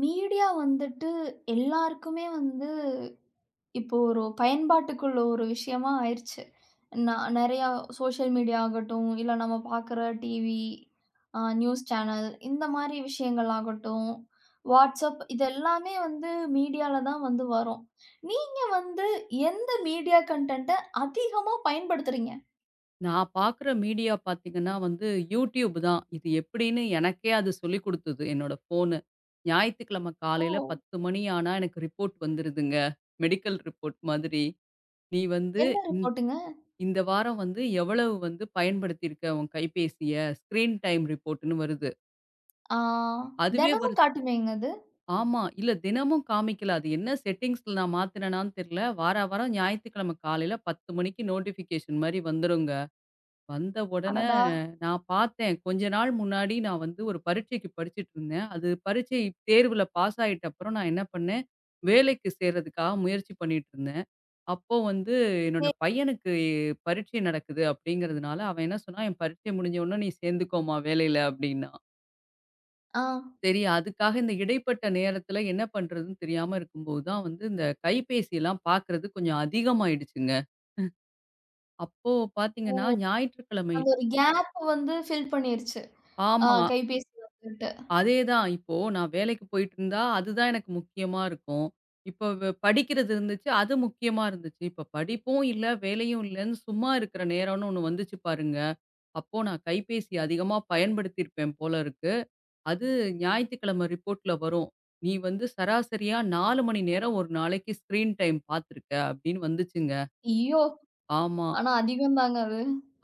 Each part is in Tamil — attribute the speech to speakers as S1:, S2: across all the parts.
S1: மீடியா வந்துட்டு எல்லாருக்குமே வந்து இப்போ ஒரு பயன்பாட்டுக்குள்ள ஒரு விஷயமா ஆயிருச்சு. நான் நெறையா சோஷியல் மீடியா ஆகட்டும், இல்ல நம்ம பார்க்குற டிவி, நியூஸ் சேனல் இந்த மாரி விஷயங்கள் ஆகட்டும், வாட்ஸ்அப் இது எல்லாமே வந்து மீடியால தான் வந்து வரும். நீங்க வந்து எந்த மீடியா கன்டென்ட்ட அதிகமா பயன்படுத்துறீங்க?
S2: நான் பார்க்குற மீடியா பார்த்தீங்கன்னா வந்து யூடியூப் தான். இது எப்படின்னு எனக்கே அது சொல்லிக் குடுத்தது என்னோட ஃபோனு. ஞாயித்துக்கிழமை
S1: ஓ!
S2: காலையில 10 மணி ஆனா எனக்கு ரிப்போர்ட் வந்துருதுங்க. மெடிக்கல் ரிப்போர்ட் மாதிரி. "நீ வந்து
S1: என்ன
S2: இந்
S1: ரிப்போர்ட்டுங்க?
S2: இந்த வாரம் வந்து எவ்வளவு வந்து பயன்படுத்தியிருக்க உன் கைபேசிய?" ஸ்க்ரீன் டைம் ரிப்போர்ட்ன்னு வருது.
S1: ஆ,
S2: அதுவே
S1: தினமும்
S2: வருது.
S1: காட்டுமேங்க அது?
S2: ஆமா. இல்ல தினமும் காமிக்கல. அது என்ன செட்டிங்ஸ்ல நான் மாத்துனேனான்னு தெரியல. வாரா வாரம் ஞாயித்துக்கிழமை காலையில 10 மணிக்கு நோட்டிஃபிகேஷன் மாரி வந்துருங்க. வந்த உடனே
S1: அடடா!
S2: நான் பார்த்தேன். கொஞ்ச நாள் முன்னாடி நான் வந்து ஒரு பரீட்சைக்கு படிச்சுட்டு இருந்தேன். அது பரீட்சை தேர்வுல பாஸ் ஆயிட்ட அப்புறம் நான் என்ன பண்ணேன், வேலைக்கு சேர்றதுக்காக முயற்சி பண்ணிட்டு இருந்தேன். அப்போ வந்து என்னோட
S1: சரி.
S2: பையனுக்கு பரீட்சை நடக்குது அப்படிங்கிறதுனால, அவன் என்ன சொன்னான், "என் பரீட்சை முடிஞ்ச உடனே நீ சேர்ந்துக்கோமா வேலையில" அப்படின்னான்.
S1: ஆ,
S2: சரி அதுக்காக இந்த இடைப்பட்ட நேரத்துல என்ன பண்றதுன்னு தெரியாம இருக்கும்போது தான் வந்து இந்த கைபேசியெல்லாம் பார்க்கறது கொஞ்சம் அதிகமாயிடுச்சுங்க. அப்போ பார்த்தீங்கன்னா ஞாயிற்றுக்கிழமை
S1: அந்த ஒரு கேப் வந்து ஃபில் பண்ணிருச்சு. ஆ,
S2: ஆமா.
S1: கைபேசி வந்துட்டு.
S2: அதேதான். இப்போ நான் வேலைக்கு போயிட்டுருந்தா, அதுதான் எனக்கு முக்கியமா இருக்கும். இப்போ படிக்கிறது இருந்துச்சு, அது முக்கியமா இருந்துச்சு. இப்போ படிப்பும் இல்ல, வேலையும் இல்லன்னு சும்மா இருக்கிற நேரம்னு ஒண்ணு வந்துச்சு பாருங்க. அப்போ நான் கைபேசி அதிகமா பயன்படுத்தியிருப்பேன் போல இருக்கு. அது ஞாயித்துக்கிழமை ரிப்போர்ட்ல வரும். "நீ வந்து சராசரியா 4 மணி நேரம் ஒரு நாளைக்கு ஸ்க்ரீன் டைம் பார்த்துருக்க" அப்படின்னு வந்துச்சுங்க.
S1: ஐயோ!
S2: ஆமா,
S1: ஆனா அதிகம் தாங்க அது.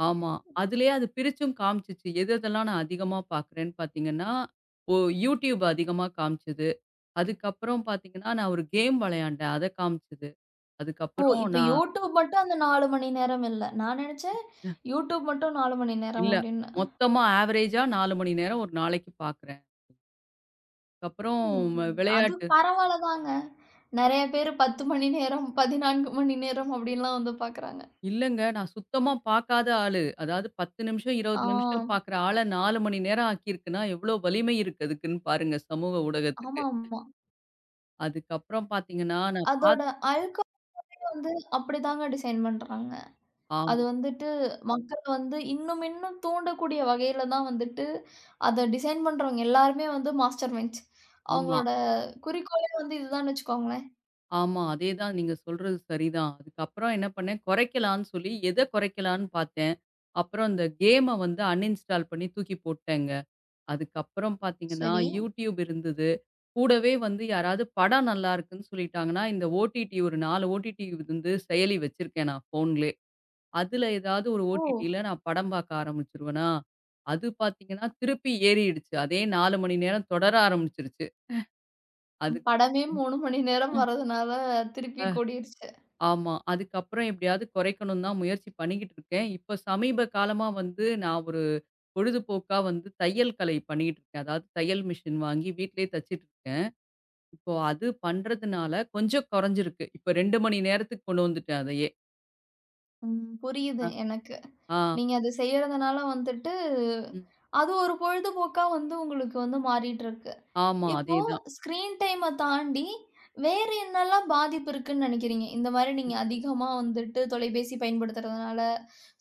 S2: ஆமா. அதிலயே அது பிரிச்சும் காமிச்சுச்சு. எது எதெல்லாம் நான் அதிகமா பார்க்குறேன்னு பார்த்தீங்கன்னா, ஓ! YouTube அதிகமா காமிச்சது. அதுக்கப்புறம் பார்த்தீங்கன்னா, நான் ஒரு கேம் விளையாண்டேன். அத காமிச்சது.
S1: ஓ!
S2: அதுக்கப்புறம்
S1: இப்ப
S2: நான்
S1: YouTube மட்டும் அந்த 4 மணி நேரம் இல்ல. நான் நெனச்சேன் YouTube மட்டும் 4 மணி நேரம்
S2: இல்ல.
S1: அப்டின்னு.
S2: மொத்தமா ஆவரேஜா 4 மணி நேரம் ஒரு நாளைக்கு பார்க்குறேன். அதுக்கப்புறம்
S1: ம். அது
S2: விளையாட்டு
S1: பரவால்ல தாங்க. நெறைய பேரு 10 மணி நேரம், 14 மணி நேரம் அப்டின்லாம் வந்து பாக்குறாங்க.
S2: இல்லங்க. நான் சுத்தமா பார்க்காத ஆளு. அதாவது 10 நிமிஷம், 20
S1: ஆ.
S2: நிமிஷம் பார்க்குற ஆள 4 மணி நேரம் ஆக்கியிருக்குன்னா, எவ்வளோ வலிமை இருக்கு அதுக்குன்னு பாருங்க சமூக ஊடகத்துக்கு.
S1: ஆமாமா.
S2: அதுக்கப்புறம் பார்த்தீங்கன்னா, நான்
S1: அதோட
S2: பாத்
S1: அல்கோல் வந்து அப்டிதாங்க டிசைன் பண்றாங்க. அது
S2: ஆமா,
S1: வந்துட்டு மக்கள் வந்து இன்னும் இன்னும் தூண்டக்கூடிய வகையில தான் வந்துட்டு அத டிசைன் பண்றவங்க எல்லாருமே வந்து மாஸ்டர் மைண்ட்ஸ்.
S2: ஆமா.
S1: அவங்களோட குறிக்கோளே வந்து இதுதான்னு வச்சுக்கோங்களேன்.
S2: ஆமா. அதேதான் நீங்க சொல்றது சரிதான். அதுக்கப்புறம் என்ன பண்ணேன், குறைக்கலான்னு சொல்லி எத குறைக்கலான்னு பார்த்தேன். அப்புறம் இந்த கேம வந்து அன்இன்ஸ்டால் பண்ணி தூக்கி போட்டேங்க. அதுக்கப்புறம் பார்த்தீங்கன்னா,
S1: சரி.
S2: YouTube இருந்தது. கூடவே வந்து யாராவது படம் நல்லாருக்குன்னு சொல்லிட்டாங்கன்னா, இந்த ஓடிடி ஒரு 4 ஓடிடி வந்து செயலி வச்சிருக்கேன் நான் ஃபோன்லே. அதுல ஏதாவது ஒரு
S1: ஓ!
S2: ஓடிடில நான் படம் பார்க்க ஆரம்பிச்சுருவேனா, அது பார்த்தீங்கன்னா திருப்பி ஏறிடுச்சு. அதே 4 மணி நேரம் தொடர ஆரம்பிச்சுருச்சு. அதுக்கு
S1: படமே 3 மணி நேரம் வரதுனால திருப்பி கூடிருச்சு.
S2: ஆமா. அதுக்கப்புறம் எப்படியாவது குறைக்கணும்னு தான் முயற்சி பண்ணிக்கிட்டு இருக்கேன். இப்ப சமீப காலமா வந்து நான் ஒரு பொழுதுபோக்கா வந்து தையல் கலை பண்ணிக்கிட்டு இருக்கேன். அதாவது தையல் மிஷின் வாங்கி வீட்லயே தச்சுட்டு இருக்கேன். இப்போ அது பண்றதுனால கொஞ்சம் குறைஞ்சிருக்கு. இப்ப 2 மணி நேரத்துக்கு கொண்டு வந்துட்டேன் அதையே.
S1: ம்,
S2: அ
S1: புரியுது எனக்கு.
S2: ஆ.
S1: நீங்க அத செய்யறதுனால வந்துட்டு
S2: ம்.
S1: அது ஒரு பொழுதுபோக்கா வந்து உங்களுக்கு வந்து மாறிட்டு இருக்கு.
S2: ஆமா.
S1: இப்போ
S2: அதேதான்.
S1: ஸ்க்ரீன் டைம தாண்டி, வேற என்னலாம் பாதிப்பு இருக்குன்னு நெனைக்கிறீங்க? இந்த மாரி நீங்க அதிகமா வந்துட்டு தொலைபேசி பயன்படுத்துறதுனால,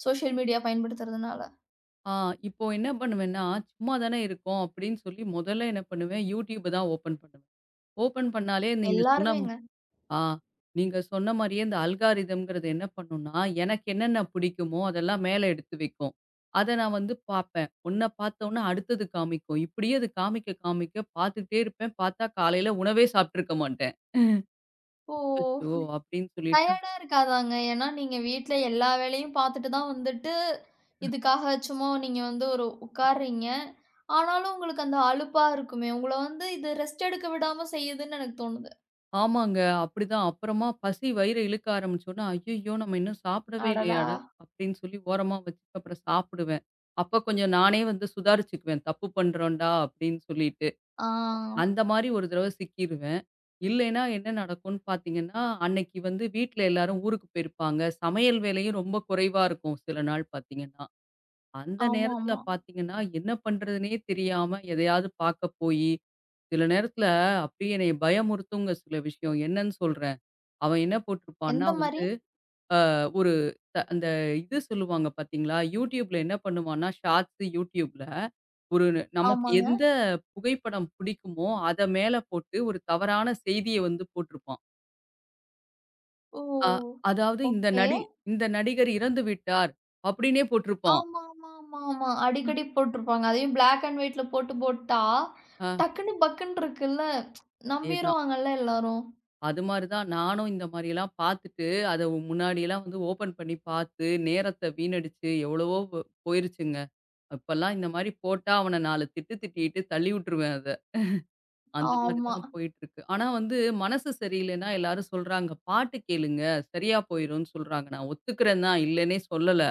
S1: சோஷியல் மீடியா பயன்படுத்துறதுனால.
S2: ஆ இப்போ என்ன பண்ணுவேன்னா, சும்மா தானே இருக்கோம் அப்படின்னு சொல்லி முதல்ல என்ன பண்ணுவேன், YouTube தான் ஓப்பன் பண்ணுவேன். ஓப்பன் பண்ணாலே நீங்க சொன்ன
S1: எல்லாருமேங்க.
S2: ஆ. நீங்க சொன்ன மாரியே இந்த அல்காரிதம்ங்கிறது என்ன பண்ணும்னா, எனக்கு என்னென்ன பிடிக்குமோ அதெல்லாம் மேல எடுத்து வைக்கும். அத நான் வந்து பார்ப்பேன். ஒண்ண பார்த்தோனே அடுத்தது காமிக்கும். இப்படியே அது காமிக்க காமிக்க பார்த்துக்கிட்டே இருப்பேன். பார்த்தா காலையில உணவே சாப்ட்டுருக்க மாட்டேன்.
S1: இப்போ
S2: அச்சச்சோ! அப்படின்னு சொல்லிட்டு
S1: டயர்டா இருக்காதாங்க? ஏன்னா நீங்க வீட்ல எல்லா வேலையும் பார்த்துட்டு தான் வந்துட்டு, இதுக்காக சும்மா நீங்க வந்து ஒரு உட்கார்றீங்க. ஆனாலும் உங்களுக்கு அந்த அலுப்பா இருக்குமே! உங்கள வந்து இது ரெஸ்ட் எடுக்க விடாம செய்யுதுன்னு எனக்கு தோணுது.
S2: ஆமாங்க. அப்படிதான். அப்புறமா பசி வயிற இழுக்க ஆரம்பிச்சோனே, ஐய்யயோ! நம்ம இன்னும் சாப்பிடவே
S1: அடடா!
S2: இல்லையாடா? அப்படின்னு சொல்லி ஓரமா வச்சுட்டு அப்புறம் சாப்பிடுவேன். அப்ப கொஞ்சம் நானே வந்து சுதாரிச்சுக்குவேன். தப்பு பண்றோம்டா அப்படின்னு சொல்லிட்டு.
S1: ஆ.
S2: அந்த மாரி ஒரு தடவ சிக்கிருவேன். இல்லைன்னா என்ன நடக்கும்ன்னு பார்த்தீங்கன்னா, அன்னைக்கு வந்து வீட்ல எல்லாரும் ஊருக்கு போயிருப்பாங்க. சமையல் வேலையும் ரொம்ப குறைவா இருக்கும் சில நாள் பார்த்தீங்கன்னா. அந்த நேரத்துல
S1: ஆமாமா.
S2: பார்த்தீங்கன்னா, என்ன பண்றதுன்னே தெரியாம எதையாவது பார்க்க போயி, சில நேரத்துல அப்படியே என்னைய பயமுறுத்துங்க சில விஷயம். என்னன்னு சொல்றேன். அவன் என்ன போட்டிருப்பான்னா
S1: எந்த மாரி?
S2: வந்து, அ ஒரு த அந்த இது சொல்லுவாங்க பார்த்தீங்களா? YouTubeல என்ன பண்ணுவான்னா, ஷார்ட்ஸ் YouTubeல ஒரு நமக்கு
S1: ஆமாங்க.
S2: எந்த புகைப்படம் பிடிக்குமோ, அத மேல போட்டு ஒரு தவறான செய்திய வந்து போட்டிருப்பான்.
S1: ஓ!
S2: அ அதாவது இந்த
S1: ஓகே.
S2: இந்த நடிகர் இறந்து விட்டார் அப்படின்னே போட்டிருப்பான்.
S1: ஆமா, ஆமா, ஆமா, ஆமா, அடிக்கடி போட்டுருப்பாங்க. அதையும் பிளாக் அண்ட் ஒயிட்ல போட்டு போட்டா,
S2: அ
S1: டக்குன்னு பக்குன்னு இருக்குல்ல.
S2: அதேதான்.
S1: நம்பிருவாங்கல்ல எல்லாரும்.
S2: அது மாரி தான் நானும் இந்த மாரியெல்லாம் பார்த்துட்டு, அத முன்னாடியெல்லாம் வந்து ஓப்பன் பண்ணி பார்த்து, நேரத்த வீணடிச்சு எவ்வளவோ போயிருச்சுங்க. அப்பலாம் இந்த மாரி போட்டா அவன 4 திட்டு திட்டிட்டு தள்ளி விட்டுருவேன் அத. அந்த மாரி
S1: ஆமா.
S2: தான் போயிட்டுருக்கு. ஆனா வந்து மனசு சரியில்லைன்னா எல்லாரும் சொல்றாங்க, "பாட்டு கேளுங்க, சரியா போயிரும்ன்னு" சொல்றாங்க. நான் ஒத்துக்கிறேன் தான், இல்லன்னே சொல்லல.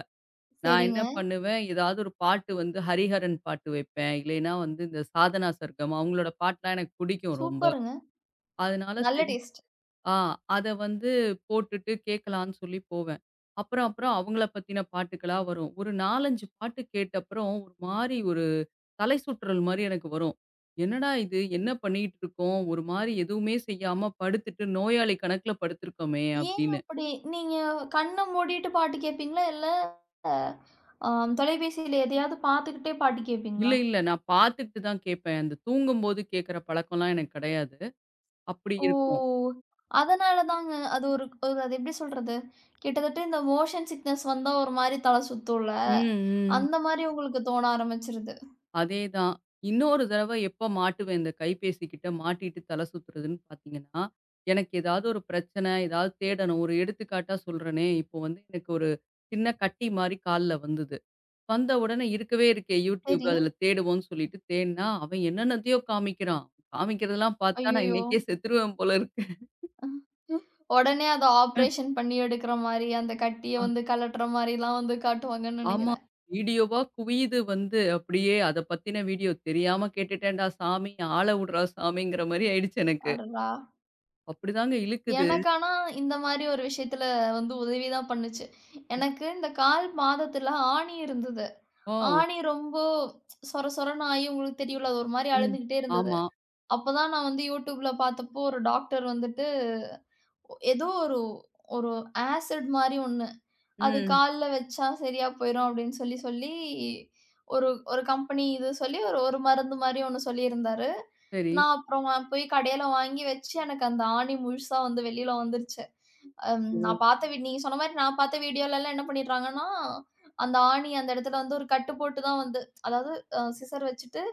S2: நான் என்ன
S1: சரிங்க.
S2: பண்ணுவேன், ஏதாவது ஒரு பாட்டு வந்து ஹரிஹரன் பாட்டு வைப்பேன். இல்லைன்னா வந்து இந்த சாதனா சர்கம் அவங்களோட பாட்டுலாம் எனக்கு பிடிக்கும் ரொம்ப.
S1: சூப்பருங்க.
S2: அதனால
S1: நல்ல
S2: சரி
S1: டேஸ்ட்.
S2: ஆ அத வந்து போட்டுட்டு கேட்கலான்னு சொல்லி போவேன். அப்புறம் அப்புறம் அவங்கள பத்தின பாட்டுக்களா வரும். ஒரு 4, 5 பாட்டு கேட்டப்புறம் ஒரு மாரி ஒரு தலை சுற்றல் மாரி எனக்கு வரும். என்னடா இது? என்ன பண்ணிட்டு இருக்கோம்? ஒரு மாரி எதுவுமே செய்யாம படுத்துட்டு நோயாளி கணக்குல படுத்துருக்கோமே!
S1: ஏன்
S2: அப்படின்னு.
S1: அப்படி? நீங்க கண்ண மூடிட்டு பாட்டு கேட்பீங்களா? இல்ல அ தொலைபேசியில எதையாவது பார்த்துக்கிட்டே பாட்டு
S2: இல்ல,
S1: கேட்பீங்களா?
S2: இல்ல. நான் பார்த்துட்டு தான் கேட்பேன். அந்த தூங்கும்போது கேட்கிற பழக்கம்லாம் எனக்கு கிடையாது. அப்படி இருக்கும்.
S1: ஓ! அதனால தாங்க. அது ஒரு ஒரு அது எப்படி சொல்றது? கிட்டத்தட்ட இந்த மோஷன் சிக்னஸ் வந்தா ஒரு மாரி தல சுத்தும்ல.
S2: ம், ம்.
S1: அந்த மாரி உங்களுக்கு தோண ஆரம்பிச்சுருது.
S2: அதேதான். இன்னொரு தடவ எப்ப மாட்டுவேன் இந்த கைபேசி கிட்ட மாட்டிட்டு தலை சுத்துறதுன்னு பார்த்தீங்கன்னா, எனக்கு ஏதாவது ஒரு பிரச்சனை, ஏதாவது தேடணும். ஒரு எடுத்துக்காட்டா சொல்றேனே, இப்போ வந்து எனக்கு ஒரு சின்ன கட்டி மாரி கால்ல வந்தது. வந்த உடனே இருக்கவே இருக்கே YouTube
S1: சரி.
S2: அதில தேடுவோம்ன்னு சொல்லிட்டு தேடுனா, அவன் என்னென்னத்தையோ காமிக்கிறான். காமிக்கிறதெல்லாம் பார்த்தா நான்
S1: ஐய்யயோ!
S2: இன்னைக்கே செத்துருவேன் போல இருக்கு.
S1: உடனே அத ஆப்ரேஷன் பண்ணி எடுக்கிற மாரி, அந்த கட்டிய
S2: ஆ.
S1: வந்து கழட்டுற மாரிலாம் வந்து காட்டுவாங்கன்னு
S2: ஆமா.
S1: நெனைக்கிறேன்.
S2: வீடியோவா குவியுது வந்து அப்படியே அத பத்தின வீடியோ. தெரியாம கேட்டுட்டேன்டா சாமி, ஆள விடுறா சாமிங்கிற மாரி ஆயிடுச்சு எனக்கு.
S1: அடடா!
S2: அப்படிதாங்க இழுக்குது.
S1: எனக்கு ஆனா இந்த மாரி ஒரு விஷயத்துல வந்து உதவி தான் பண்ணுச்சு. எனக்கு இந்த கால் மாதத்துல ஆணி இருந்தது.
S2: ஓ!
S1: ஆணி ரொம்ப சொர சொரன்னு ஆயி உங்களுக்கு தெரியும்ல, அது ஒரு மாரி
S2: ம்.
S1: அழுந்துகிட்டே இருந்தது.
S2: ஆமா.
S1: அப்பதான் நான் வந்து YouTubeல பார்த்தப்போ ஒரு டாக்டர் வந்துட்டு, ஏதோ ஒரு ஒரு ஆசிட் மாரி ஒண்ணு. அது
S2: ம்.
S1: கால்ல வச்சா சரியா போயிரும் அப்படின்னு சொல்லி சொல்லி, ஒரு ஒரு கம்பெனி இது சொல்லி ஒரு ஒரு மருந்து மாரி ஒண்ணு சொல்லியிருந்தாரு.
S2: சரி.
S1: நான் அப்புறம் போய் கடையில வாங்கி வச்சு, எனக்கு அந்த ஆணி முழுசா வந்து வெளியில வந்துருச்சு. அம்
S2: ஓ!
S1: நான் பார்த்த வீ நீங்க சொன்ன மாரி நான் பார்த்த வீடியோலலாம் என்ன பண்ணிடுறாங்கன்னா, அந்த ஆணி அந்த இடத்துல வந்து ஒரு கட்டு போட்டு தான் வந்து அதாவது சிசர் வச்சுட்டு,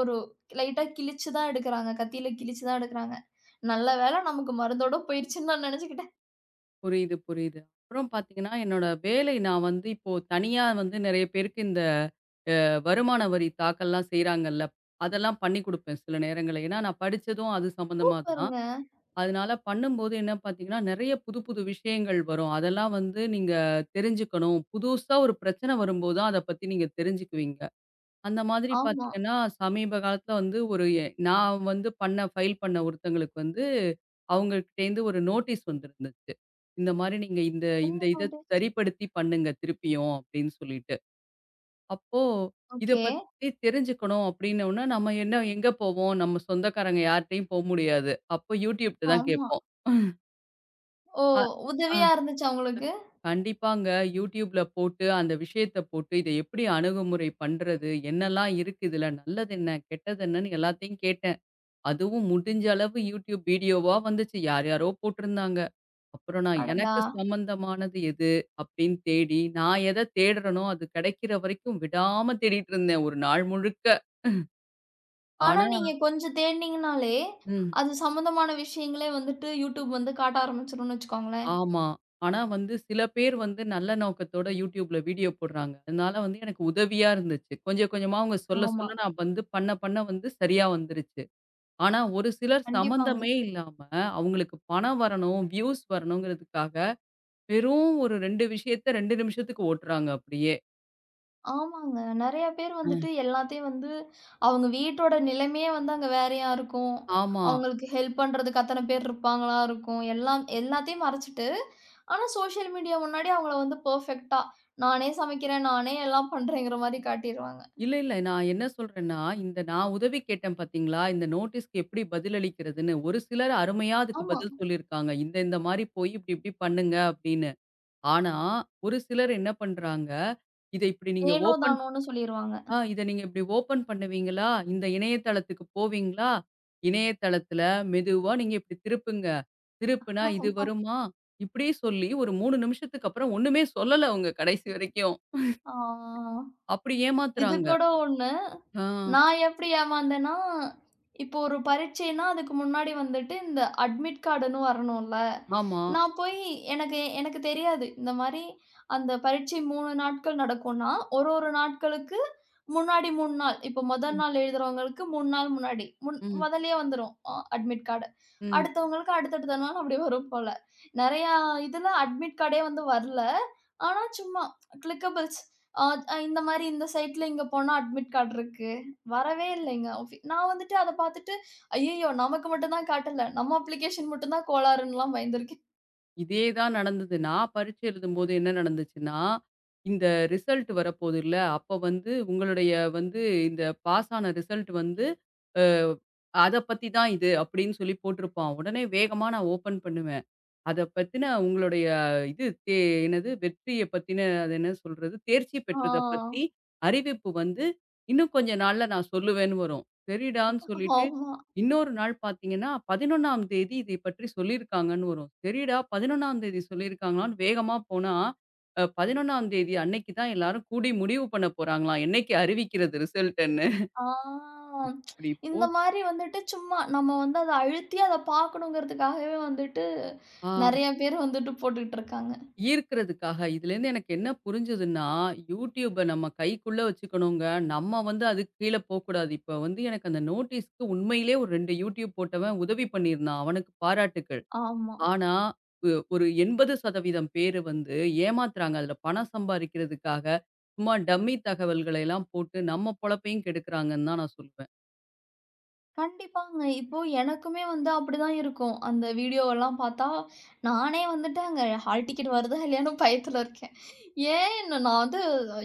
S1: ஒரு லைட்டா கிழிச்சு தான் எடுக்குறாங்க. கத்தியில கிழிச்சு தான் எடுக்குறாங்க. நல்ல வேளை நமக்கு மருந்தோட போயிருச்சுன்னு நான் நெனச்சுக்கிட்டேன்.
S2: புரியுது, புரியுது. அப்புறம் பார்த்தீங்கன்னா, என்னோட வேலை நான் வந்து இப்போ தனியா வந்து நெறைய பேருக்கு இந்த வருமான வரி தாக்கல்லாம் செய்றாங்கல்ல. அதெல்லாம் பண்ணி குடுப்பேன் சில நேரங்கள்ல. ஏன்னா, நான் படிச்சதும் அது சம்மந்தமா தான்.
S1: பாருங்க.
S2: அதனால பண்ணும்போது என்ன பார்த்தீங்கன்னா, நெறைய புது புது விஷயங்கள் வரும். அதெல்லாம் வந்து நீங்க தெரிஞ்சுக்கணும். புதுசா ஒரு பிரச்சனை வரும்போது தான் அத பத்தி நீங்க தெரிஞ்சுக்குவீங்க. அந்த மாதிரி
S1: ஆமா.
S2: பார்த்தீங்கன்னா, சமீப காலத்தில வந்து ஒரு நான் வந்து பண்ண ஃபைல் பண்ண ஒருத்தங்களுக்கு வந்து, அவங்ககிட்டேருந்து ஒரு நோட்டீஸ் வந்திருந்துச்சு. இந்த மாரி நீங்க இந்த
S1: என்ன
S2: இந்த இத
S1: நோட்டீஸ்?
S2: சரிப்படுத்தி பண்ணுங்க திருப்பியும் அப்டின்னு சொல்லிட்டு. அப்போ இத
S1: ஓகே.
S2: பத்தி தெரிஞ்சுக்கணும் அப்டின்னோன, நம்ம என்ன எங்க போவோம்? நம்ம சொந்தக்காரங்க யார்ட்டயும் போ முடியாது. அப்போ YouTubeட்ட தான்
S1: ஆமா.
S2: கேட்போம்.
S1: ஓ!
S2: அ ஆ
S1: உதவியா இருந்துச்சா உங்களுக்கு?
S2: கண்டிப்பாங்க. YouTubeல போட்டு அந்த விஷயத்த போட்டு, இத எப்டி அணுகுமுறை பண்றது? என்னலாம் இருக்கு இதுல? நல்லது என்ன? கெட்டது என்னன்னு எல்லாத்தையும் கேட்டேன். அதுவும் முடிஞ்ச அளவு YouTube வீடியோவா வந்துச்சு. யார் யாரோ போட்டிருந்தாங்க. அப்புறம் நான்
S1: அடடா!
S2: எனக்கு சம்மந்தமானது எது அப்படின்னு தேடி, நான் எத தேடுறேனோ அது கிடைக்கிற வரைக்கும் விடாம தேடிட்டு இருந்தேன் ஒரு நாள் முழுக்க.
S1: ஆனா,
S2: ஆனா
S1: நீங்க கொஞ்சம் தேடுனீங்கனாலே,
S2: ம்.
S1: அது சம்மந்தமான விஷயங்களே வந்துட்டு YouTube வந்து காட்ட ஆரம்பிச்சுரும்னு வச்சுக்கோங்களேன்.
S2: ஆமா. ஆனா வந்து சில பேர் வந்து நல்ல நோக்கத்தோட YouTubeல வீடியோ போடுறாங்க. அதனால வந்து எனக்கு உதவியா இருந்துச்சு. கொஞ்சம் கொஞ்சமா அவங்க சொல்ல
S1: ஆமா.
S2: சொல்ல நான் வந்து பண்ண பண்ண வந்து சரியா வந்துருச்சு. ஆனா ஒரு சிலர்
S1: கண்டிப்பாங்க.
S2: சம்மந்தமே இல்லாம அவங்களுக்கு பணம் வரணும், வியூஸ் வரணுங்கிறதுக்காக வெறும் ஒரு 2 விஷயத்த 2 நிமிஷத்துக்கு ஓட்டுறாங்க அப்படியே.
S1: ஆமாங்க. நெறைய பேர்
S2: ஆ.
S1: வந்துட்டு எல்லாத்தையும் வந்து அவங்க வீட்டோட நிலைமையே வந்து அங்க வேறையா இருக்கும்.
S2: ஆமா.
S1: அவங்களுக்கு ஹெல்ப் பண்றதுக்கு அத்தன பேர் இருப்பாங்களா இருக்கும். எல்லாம் எல்லாத்தையும் மறைச்சுட்டு, ஆனா சோசியல் மீடியா முன்னாடி அவங்கள வந்து பெர்ஃபெக்ட்டா, நானே சமைக்கிறேன், நானே எல்லாம் பண்றேங்கிற மாரி காட்டிருவாங்க.
S2: இல்ல, இல்ல. நான் என்ன சொல்றேன்னா, இந்த நான் உதவி கேட்டேன் பார்த்தீங்களா? இந்த நோட்டீஸ்க்கு எப்படி பதிலளிக்கிறதுன்னு. ஒரு சிலர் அருமையா அதுக்கு
S1: ஆமா.
S2: பதில் சொல்லியிருக்காங்க. இந்த இந்த மாரி போய் இப்படி இப்படி பண்ணுங்க அப்படின்னு. ஆனா, ஒரு சிலர் என்ன பண்றாங்க, இத இப்படி நீங்க
S1: ஏனோ
S2: ஓப்பன்
S1: தானோன்னு சொல்லிருவாங்க.
S2: ஆ இத நீங்க இப்படி ஓப்பன் பண்ணுவீங்களா? இந்த இணையதளத்துக்கு போவீங்களா? இணையதளத்துல மெதுவா நீங்க இப்படி திருப்புங்க. திருப்புனா இது
S1: ஆமா.
S2: வருமா? இப்படி சொல்லி ஒரு 3 நிமிஷத்துக்கு அப்புறம் ஒண்ணுமே சொல்லல அவங்க கடைசி வரைக்கும்.
S1: ஆ.
S2: அப்படி
S1: இது
S2: ஏமாத்துறாங்க.
S1: கூட ஒண்ணு.
S2: ஆ
S1: நான் எப்படி ஏமாந்தேன்னா, இப்போ ஒரு பரீட்சைன்னா, அதுக்கு முன்னாடி வந்துட்டு இந்த அட்மிட் கார்டுன்னு வரணும்ல.
S2: ஆமா.
S1: நான் போய் எனக்கு எனக்கு தெரியாது. இந்த மாரி அந்த பரீட்சை 3 நாட்கள் நடக்கும்னா, ஒரு ஒரு நாட்களுக்கு முன்னாடி 3 நாள். இப்போ முதல்
S2: ம்,
S1: நாள் எழுதுறவங்களுக்கு 3 நாள் முன்னாடி.
S2: ம்,
S1: முதல்லயே வந்துரும் அட்மிட் கார்டு.
S2: ம்.
S1: அடுத்தவங்களுக்கு அடுத்தடுத்த நாள் அப்படி வரும் போல. நெறையா இதுல அட்மிட் கார்டே வந்து வரல. ஆனா சும்மா கிளிக்கபிள்ஸ். இந்த மாரி இந்த சைட்ல இங்க போனா அட்மிட் கார்டு இருக்கு. வரவே இல்லைங்க. நான் வந்துட்டு அத பார்த்துட்டு, ஐயய்யோ! நமக்கு மட்டும் தான் காட்டல. நம்ம அப்ளிகேஷன் மட்டும் தான் கோளாறுன்னுலாம் பயந்துருக்கேன்.
S2: இதே தான் நடந்தது. நான் பரீட்சை எழுதும்போது என்ன நடந்துச்சுன்னா, இந்த ரிசல்ட் வரப்போதுல்ல, அப்ப வந்து உங்களுடைய வந்து இந்த பாஸ் ஆன ரிசல்ட் வந்து அத பத்தி தான் இது அப்படின்னு சொல்லி போட்டிருப்பான். உடனே வேகமா நான் ஓப்பன் பண்ணுவேன். அத பத்தின உங்களுடைய இது தே என்னது வெற்றிய பத்தின அது என்ன சொல்றது? தேர்ச்சி பெற்றத பத்தி
S1: ஆ.
S2: அறிவிப்பு வந்து இன்னும் கொஞ்ச நாள்ல நான் சொல்லுவேன்னு வரும். சரிடான்னு சொல்லிட்டு,
S1: ஆமா.
S2: இன்னொரு நாள் பார்த்தீங்கன்னா, 11ஆம் தேதி இதை பற்றி சொல்லியிருக்காங்கன்னு வரும். சரிடா 11ஆம் தேதி சொல்லியிருக்காங்களான்னு வேகமா போனா, 11ஆம் தேதி அன்னைக்கு தான் எல்லாரும் கூடி முடிவு பண்ண போறாங்களாம். என்னைக்கு அறிவிக்கிறது ரிசல்ட்டுன்னு.
S1: ஆ.
S2: இப்படி
S1: இந்த
S2: போட்
S1: மாரி வந்துட்டு சும்மா நம்ம வந்து அத அழுத்தி அத பார்க்கணுங்கிறதுக்காகவே வந்துட்டு
S2: ஆ.
S1: நெறைய பேர் வந்துட்டு போட்டுட்டு இருக்காங்க.
S2: ஈர்க்கிறதுக்காக. இதுலேருந்து எனக்கு என்ன புரிஞ்சதுன்னா, YouTubeப நம்ம கைக்குள்ள வச்சுக்கணுங்க. நம்ம வந்து அதுக்கு கீழ போக்கூடாது. இப்ப வந்து எனக்கு அந்த நோட்டீஸ்க்கு உண்மையிலே ஒரு 2 YouTube போட்டவன் உதவி பண்ணியிருந்தான். அவனுக்கு பாராட்டுக்கள்.
S1: ஆமா.
S2: ஆனா, ஒ ஒரு 80% பேரு வந்து ஏமாத்துறாங்க. அதுல பணம் சம்பாரிக்கிறதுக்காக, சும்மா டம்மி தகவல்களை எல்லாம் போட்டு நம்ம பொழப்பையும் கெடுக்குறாங்கன்னு தான் நான் சொல்லுவேன்.
S1: கண்டிப்பாங்க. இப்போ எனக்குமே வந்து அப்படிதான் இருக்கும். அந்த வீடியோவெல்லாம் பார்த்தா, நானே வந்துட்டு அங்க ஹால் டிக்கெட் வருதா இல்லையான்னு பயத்துல இருக்கேன். ஏன் இன்னும் நான் வந்து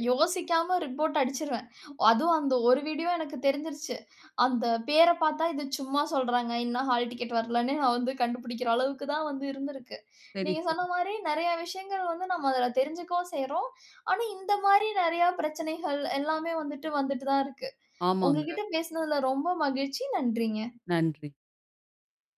S1: யோசிக்காம ரிப்போர்ட் அடிச்சிருவேன். அதுவும் அந்த ஒரு வீடியோ எனக்கு தெரிஞ்சிருச்சு. அந்த பேர பார்த்தா இது சும்மா சொல்றாங்க. இன்னும் ஹால் டிக்கெட் வரலன்னு நான் வந்து கண்டுபிடிக்கிற அளவுக்கு தான் வந்து இருந்திருக்கு.
S2: சரி,
S1: நீங்க
S2: சரி.
S1: சொன்ன மாரி நெறைய விஷயங்கள் வந்து நம்ம அதுல தெரிஞ்சுக்கவும் செய்றோம். ஆனா இந்த மாரி நெறைய பிரச்சனைகள் எல்லாமே வந்துட்டு வந்துட்டு தான் இருக்கு.
S2: ஆமாங்க.
S1: உங்ககிட்ட பேசுனதுல ரொம்ப மகிழ்ச்சி. நன்றிங்க.
S2: நன்றி.